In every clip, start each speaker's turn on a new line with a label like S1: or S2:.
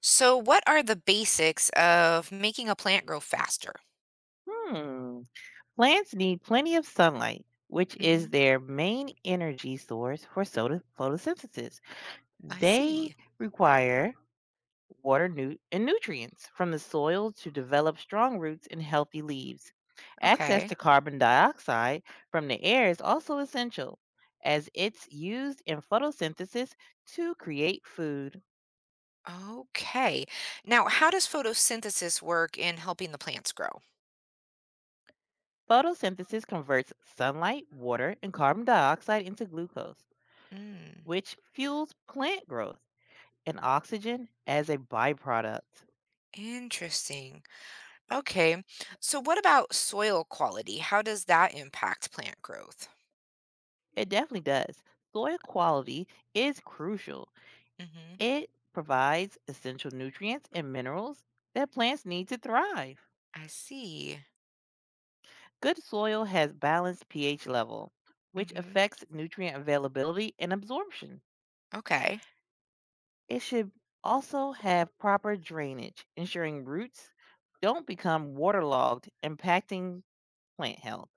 S1: So, what are the basics of making a plant grow faster?
S2: Hmm. Plants need plenty of sunlight, which is
S1: hmm
S2: their main energy source for photosynthesis.
S1: I
S2: They
S1: see.
S2: require and nutrients from the soil to develop strong roots and healthy leaves. Access
S1: Okay.
S2: to carbon dioxide from the air is also essential, as it's used in photosynthesis to create food.
S1: Okay. Now, how does photosynthesis work in helping the plants grow?
S2: Photosynthesis converts sunlight, water, and carbon dioxide into glucose,
S1: Mm,
S2: which fuels plant growth. And oxygen as a byproduct.
S1: interesting. Okay. So, what about soil quality? How does that impact plant growth?
S2: It definitely does. Soil quality is crucial.
S1: hmm
S2: It provides essential nutrients and minerals that plants need to thrive.
S1: I see.
S2: Good soil has balanced pH level, which
S1: hmm
S2: affects nutrient availability and absorption.
S1: Okay.
S2: It should also have proper drainage, ensuring roots don't become waterlogged, impacting plant health.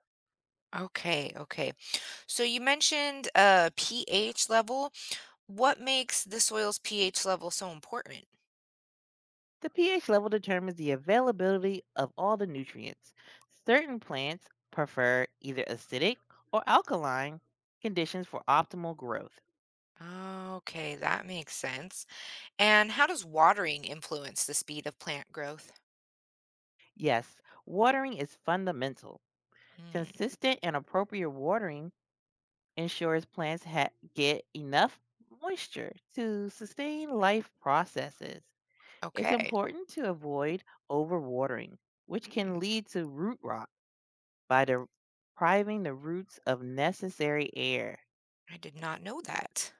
S1: Okay. Okay. So, you mentioned pH level. What makes the soil's pH level so important?
S2: The pH level determines the availability of all the nutrients. Certain plants prefer either acidic or alkaline conditions for optimal growth.
S1: Oh, okay, that makes sense. And how does watering influence the speed of plant growth?
S2: Yes, watering is fundamental.
S1: Hmm.
S2: Consistent and appropriate watering ensures plants get enough moisture to sustain life processes. It's
S1: Okay.
S2: important to avoid overwatering, which
S1: Hmm.
S2: can lead to root rot by depriving the roots of necessary air.
S1: I did not know that.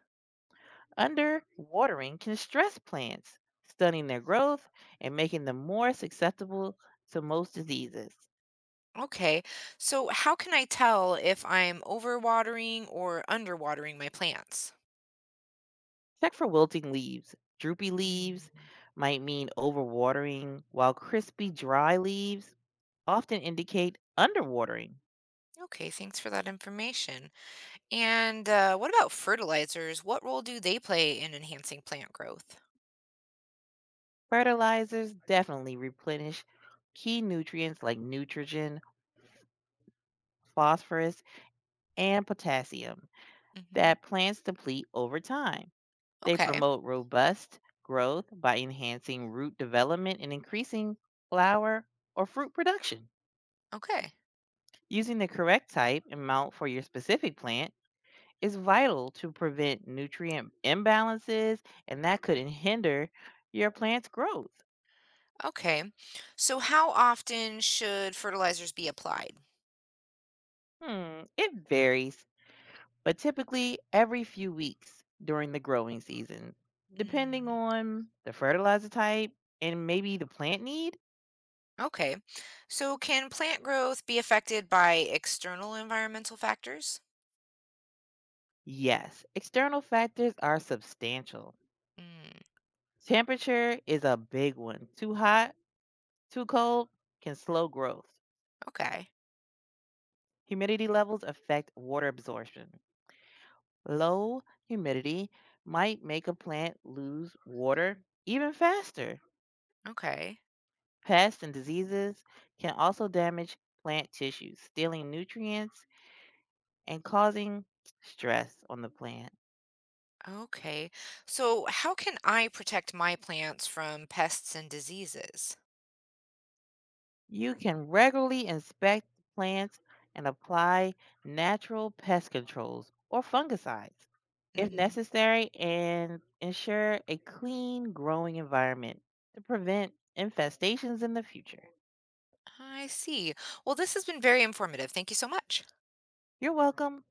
S2: Underwatering can stress plants, stunning their growth and making them more susceptible to most diseases.
S1: Okay. So how can I tell if I'm overwatering or underwatering my plants?
S2: Check for wilting leaves. Droopy leaves
S1: Hmm.
S2: might mean overwatering, while crispy, dry leaves often indicate underwatering.
S1: Okay, thanks for that information. And what about fertilizers? What role do they play in enhancing plant growth?
S2: Fertilizers definitely replenish key nutrients like nitrogen, phosphorus, and potassium
S1: hmm
S2: that plants deplete over time. They
S1: Okay.
S2: promote robust growth by enhancing root development and increasing flower or fruit production.
S1: Okay.
S2: Using the correct type and mount for your specific plant is vital to prevent nutrient imbalances, and that could hinder your plant's growth.
S1: Okay. So how often should fertilizers be applied?
S2: Hmm, it varies, but typically every few weeks during the growing season, depending
S1: Hmm.
S2: on the fertilizer type and maybe the plant need.
S1: Okay. So can plant growth be affected by external environmental factors?
S2: Yes, external factors are substantial.
S1: Mm,
S2: Temperature is a big one. Too hot, too cold can slow growth.
S1: okay.
S2: Humidity levels affect water absorption. Low humidity might make a plant lose water even faster.
S1: Okay.
S2: Pests and diseases can also damage plant tissues, stealing nutrients and causing stress on the plant.
S1: Okay. So how can I protect my plants from pests and diseases?
S2: You can regularly inspect the plants and apply natural pest controls or fungicides if
S1: hmm
S2: necessary and ensure a clean growing environment to prevent infestations in the future.
S1: I see. Well, this has been very informative. Thank you so much.
S2: You're welcome.